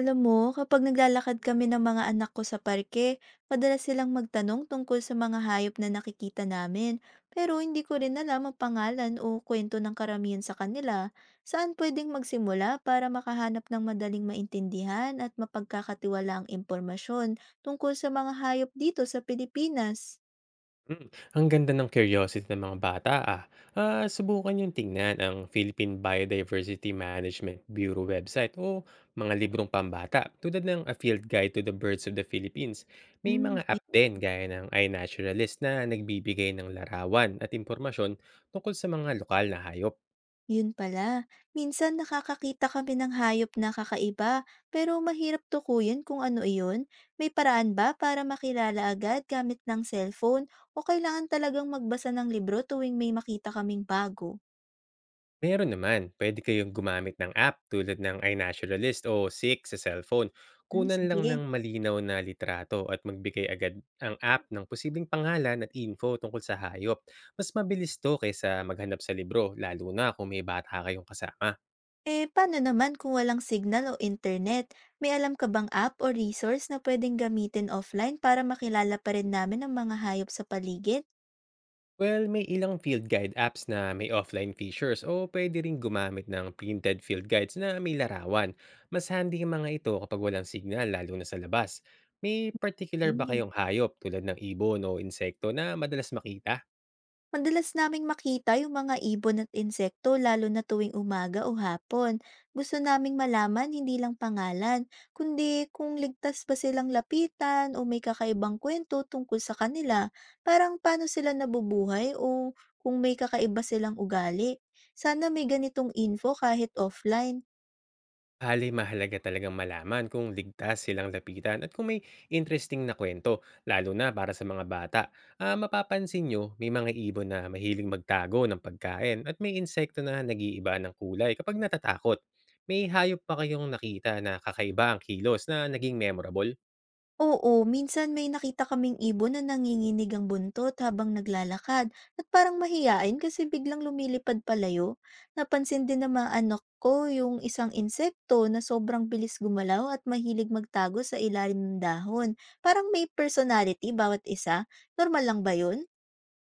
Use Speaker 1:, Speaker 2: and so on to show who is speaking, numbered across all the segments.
Speaker 1: Alam mo, kapag naglalakad kami ng mga anak ko sa parke, madalas silang magtanong tungkol sa mga hayop na nakikita namin. Pero hindi ko rin alam ang pangalan o kwento ng karamihan sa kanila. Saan pwedeng magsimula para makahanap ng madaling maintindihan at mapagkakatiwalaang impormasyon tungkol sa mga hayop dito sa Pilipinas?
Speaker 2: Hmm, ang ganda ng curiosity ng mga bata, ah. Subukan niyong tingnan ang Philippine Biodiversity Management Bureau website o mga librong pambata tulad ng A Field Guide to the Birds of the Philippines. May
Speaker 1: Hmm.
Speaker 2: mga app din gaya ng iNaturalist na nagbibigay ng larawan at impormasyon tungkol sa mga lokal na hayop.
Speaker 1: Yun pala, minsan nakakakita kami ng hayop na kakaiba pero mahirap tukuyin kung ano iyon. May paraan ba para makilala agad gamit ng cellphone o kailangan talagang magbasa ng libro tuwing may makita kaming bago?
Speaker 2: Meron naman, pwede kayong gumamit ng app tulad ng iNaturalist o Seek sa cellphone.
Speaker 1: Hmm,
Speaker 2: Kunan lang ng
Speaker 1: sige.
Speaker 2: malinaw na litrato at magbigay agad ang app ng posibleng pangalan at info tungkol sa hayop. Mas mabilis to kaysa maghanap sa libro, lalo na kung may bata kayong kasama.
Speaker 1: Eh, paano naman kung walang signal o internet? May alam ka bang app o resource na pwedeng gamitin offline para makilala pa rin namin ang mga hayop sa paligid?
Speaker 2: Well, may ilang field guide apps na may offline features o pwede rin gumamit ng printed field guides na may larawan. Mas handy ang mga ito kapag walang signal, lalo na sa labas. May particular ba kayong hayop tulad ng ibon o insekto na madalas makita?
Speaker 1: Madalas naming makita yung mga ibon at insekto lalo na tuwing umaga o hapon. Gusto naming malaman hindi lang pangalan, kundi kung ligtas ba silang lapitan o may kakaibang kwento tungkol sa kanila, parang paano sila nabubuhay o kung may kakaiba silang ugali. Sana may ganitong info kahit offline.
Speaker 2: Bale, mahalaga talagang malaman kung ligtas silang lapitan at kung may interesting na kwento, lalo na para sa mga bata. Ah, mapapansin nyo, may mga ibon na mahiling magtago ng pagkain at may insekto na nag-iiba ng kulay kapag natatakot. May hayop pa kayong nakita na kakaiba ang kilos na naging memorable?
Speaker 1: Oo, minsan may nakita kaming ibon na nanginginig ang buntot habang naglalakad at parang mahiyain kasi biglang lumilipad palayo. Napansin din ng mga anak ko yung isang insekto na sobrang bilis gumalaw at mahilig magtago sa ilalim ng dahon. Parang may personality bawat isa. Normal lang ba yun?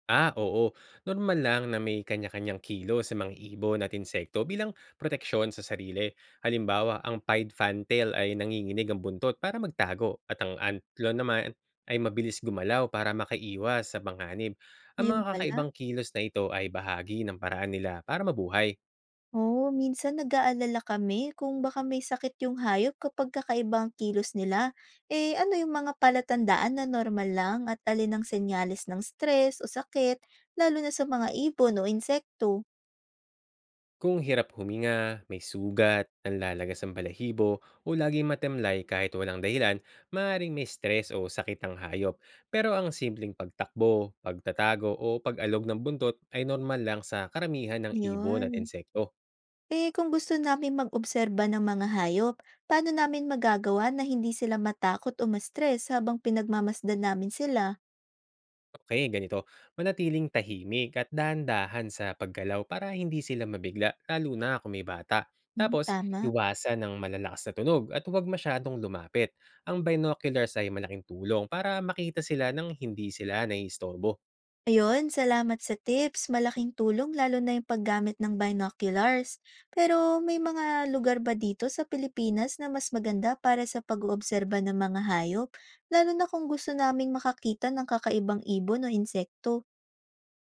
Speaker 2: Ah, oo. Normal lang na may kanya-kanyang kilo sa mga ibon at insekto bilang proteksyon sa sarili. Halimbawa, ang pied fantail ay nanginginig ang buntot para magtago at ang antlon naman ay mabilis gumalaw para makaiwas sa panganib. Ang mga
Speaker 1: Yun pala.
Speaker 2: kakaibang kilos na ito ay bahagi ng paraan nila para mabuhay.
Speaker 1: Oo, minsan nag-aalala kami kung baka may sakit yung hayop kapag kakaiba ang kilos nila. Eh, ano yung mga palatandaan na normal lang at alin ang senyales ng stress o sakit, lalo na sa mga ibon o insekto?
Speaker 2: Kung hirap huminga, may sugat, nanlalagas ang balahibo, o laging matemlay kahit walang dahilan, maaaring may stress o sakit ang hayop. Pero ang simpleng pagtakbo, pagtatago o pag-alog ng buntot ay normal lang sa karamihan ng ibon at
Speaker 1: Yun.
Speaker 2: insekto.
Speaker 1: Eh, kung gusto namin mag-obserba ng mga hayop, paano namin magagawa na hindi sila matakot o ma-stress habang pinagmamasdan namin sila?
Speaker 2: Okay, ganito. Manatiling tahimik at dahan-dahan sa paggalaw para hindi sila mabigla, lalo na kung may bata.
Speaker 1: Hmm,
Speaker 2: Tapos,
Speaker 1: tama.
Speaker 2: iwasan ng malalakas na tunog at huwag masyadong lumapit. Ang binoculars ay malaking tulong para makita sila nang hindi sila naiistorbo.
Speaker 1: Ayun, salamat sa tips. Malaking tulong lalo na yung paggamit ng binoculars. Pero may mga lugar ba dito sa Pilipinas na mas maganda para sa pag-oobserba ng mga hayop? Lalo na kung gusto naming makakita ng kakaibang ibon o insekto.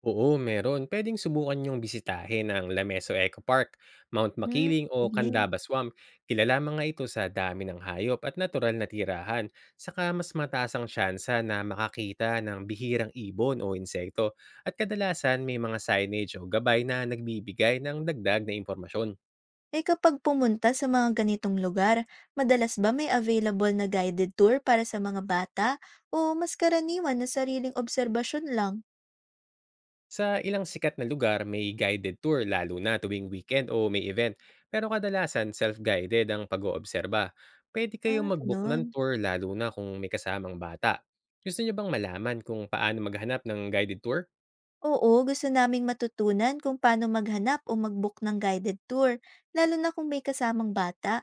Speaker 2: Oo, meron. Pwedeng subukan yung bisitahin ang Lameso Eco Park, Mount
Speaker 1: Hmm,
Speaker 2: Makiling o
Speaker 1: sige.
Speaker 2: Candaba Swamp. Kilala mga ito sa dami ng hayop at natural na tirahan. Saka mas mataas ang tsansa na makakita ng bihirang ibon o insekto. At kadalasan may mga signage o gabay na nagbibigay ng dagdag na impormasyon.
Speaker 1: Eh kapag pumunta sa mga ganitong lugar, madalas ba may available na guided tour para sa mga bata? O mas karaniwan na sariling obserbasyon lang?
Speaker 2: Sa ilang sikat na lugar, may guided tour lalo na tuwing weekend o may event. Pero kadalasan, self-guided ang pag-oobserba. Pwede kayong
Speaker 1: Ah,
Speaker 2: mag-book ng
Speaker 1: ganun.
Speaker 2: tour lalo na kung may kasamang bata. Gusto niyo bang malaman kung paano maghanap ng guided tour?
Speaker 1: Oo, gusto naming matutunan kung paano maghanap o mag-book ng guided tour, lalo na kung may kasamang bata.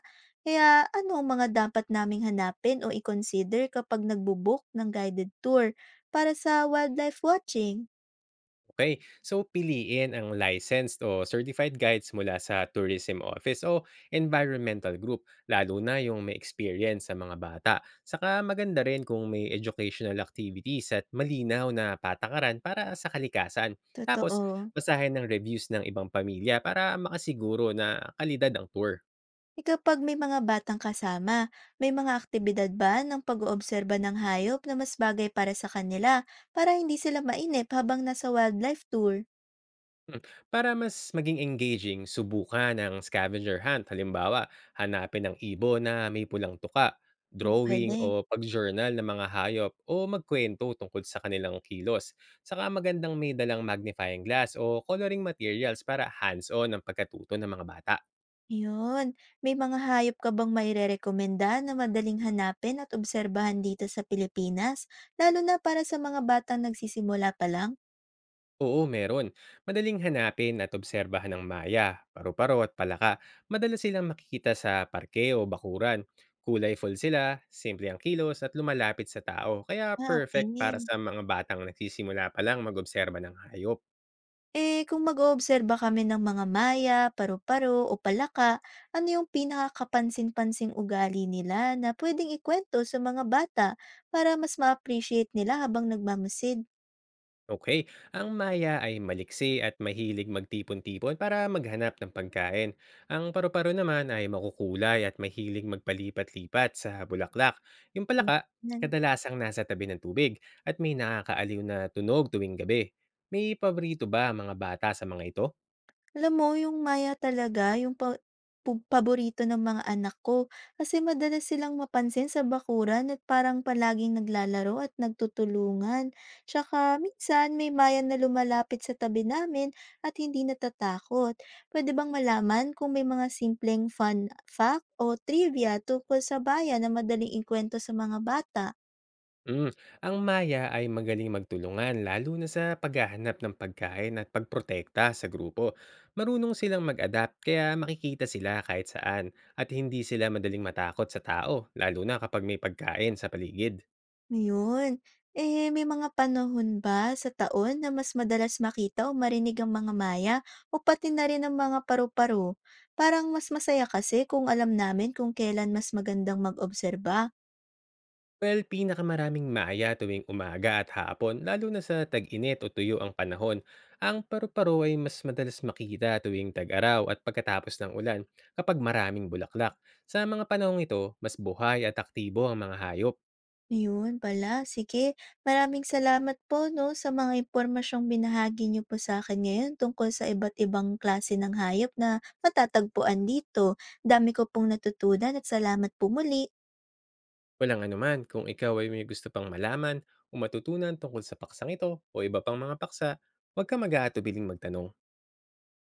Speaker 1: Kaya ano ang mga dapat naming hanapin o i-consider kapag nagbo-book ng guided tour para sa wildlife watching?
Speaker 2: Okay, so piliin ang licensed o certified guides mula sa tourism office o environmental group, lalo na yung may experience sa mga bata. Saka maganda rin kung may educational activities at malinaw na patakaran para sa kalikasan. Tapos,
Speaker 1: Totoo.
Speaker 2: basahin ng reviews ng ibang pamilya para makasiguro na kalidad ang tour.
Speaker 1: E kapag may mga batang kasama, may mga aktibidad ba ng pag-oobserba ng hayop na mas bagay para sa kanila para hindi sila mainip habang nasa wildlife tour?
Speaker 2: Hmm, para mas maging engaging, subukan ang scavenger hunt. Halimbawa, hanapin ang ibon na may pulang tuka,
Speaker 1: Hmm,
Speaker 2: drawing
Speaker 1: pwede.
Speaker 2: o pag-journal ng mga hayop o magkwento tungkol sa kanilang kilos. Saka magandang may dalang magnifying glass o coloring materials para hands-on ang pagkatuto ng mga bata.
Speaker 1: Yun. May mga hayop ka bang mairerekomenda na madaling hanapin at obserbahan dito sa Pilipinas, lalo na para sa mga batang nagsisimula pa lang?
Speaker 2: Oo, meron. Madaling hanapin at obserbahan ng maya, paru-paro at palaka. Madalas silang makikita sa parke o bakuran. Kulay-full sila, simple ang kilos at lumalapit sa tao. Kaya
Speaker 1: Ah,
Speaker 2: perfect para
Speaker 1: okey.
Speaker 2: sa mga batang nagsisimula pa lang mag-obserba ng hayop.
Speaker 1: Eh, kung mag-oobserba kami ng mga maya, paru-paro o palaka, ano yung pinakakapansin-pansing ugali nila na pwedeng ikwento sa mga bata para mas ma-appreciate nila habang nagmamasid?
Speaker 2: Okay, ang Maya ay maliksi at mahilig magtipon-tipon para maghanap ng pagkain. Ang paru-paro naman ay makukulay at mahilig magpalipat-lipat sa bulaklak. Yung palaka,
Speaker 1: Ganyan.
Speaker 2: kadalasang nasa tabi ng tubig at may nakakaaliw na tunog tuwing gabi. May paborito ba ang mga bata sa mga ito?
Speaker 1: Alam mo yung Maya talaga yung po paborito ng mga anak ko kasi madalas silang mapansin sa bakuran at parang palaging naglalaro at nagtutulungan. Tsaka minsan may Maya na lumalapit sa tabi namin at hindi natatakot. Puwede bang malaman kung may mga simpleng fun fact o trivia tungkol sa bayan na madaling ikuwento sa mga bata?
Speaker 2: Hmm, ang Maya ay magaling magtulungan lalo na sa paghahanap ng pagkain at pagprotekta sa grupo. Marunong silang mag-adapt kaya makikita sila kahit saan at hindi sila madaling matakot sa tao lalo na kapag may pagkain sa paligid.
Speaker 1: Ayun. Eh, may mga panahon ba sa taon na mas madalas makita o marinig ang mga maya o pati na rin ang mga paru-paro? Parang mas masaya kasi kung alam namin kung kailan mas magandang mag-obserba.
Speaker 2: Well, pinakamaraming Maya tuwing umaga at hapon lalo na sa tag-init o tuyo ang panahon. Ang paru-paro ay mas madalas makita tuwing tag-araw at pagkatapos ng ulan kapag maraming bulaklak. Sa mga panahong ito, mas buhay at aktibo ang mga hayop.
Speaker 1: Ayun pala. Sige, maraming salamat po no sa mga impormasyong binahagi niyo po sa akin ngayon tungkol sa iba't ibang klase ng hayop na matatagpuan dito. Dami ko pong natutunan at salamat po muli.
Speaker 2: Walang anuman, kung ikaw ay may gusto pang malaman o matutunan tungkol sa paksang ito o iba pang mga paksa, huwag ka mag-aatubiling magtanong.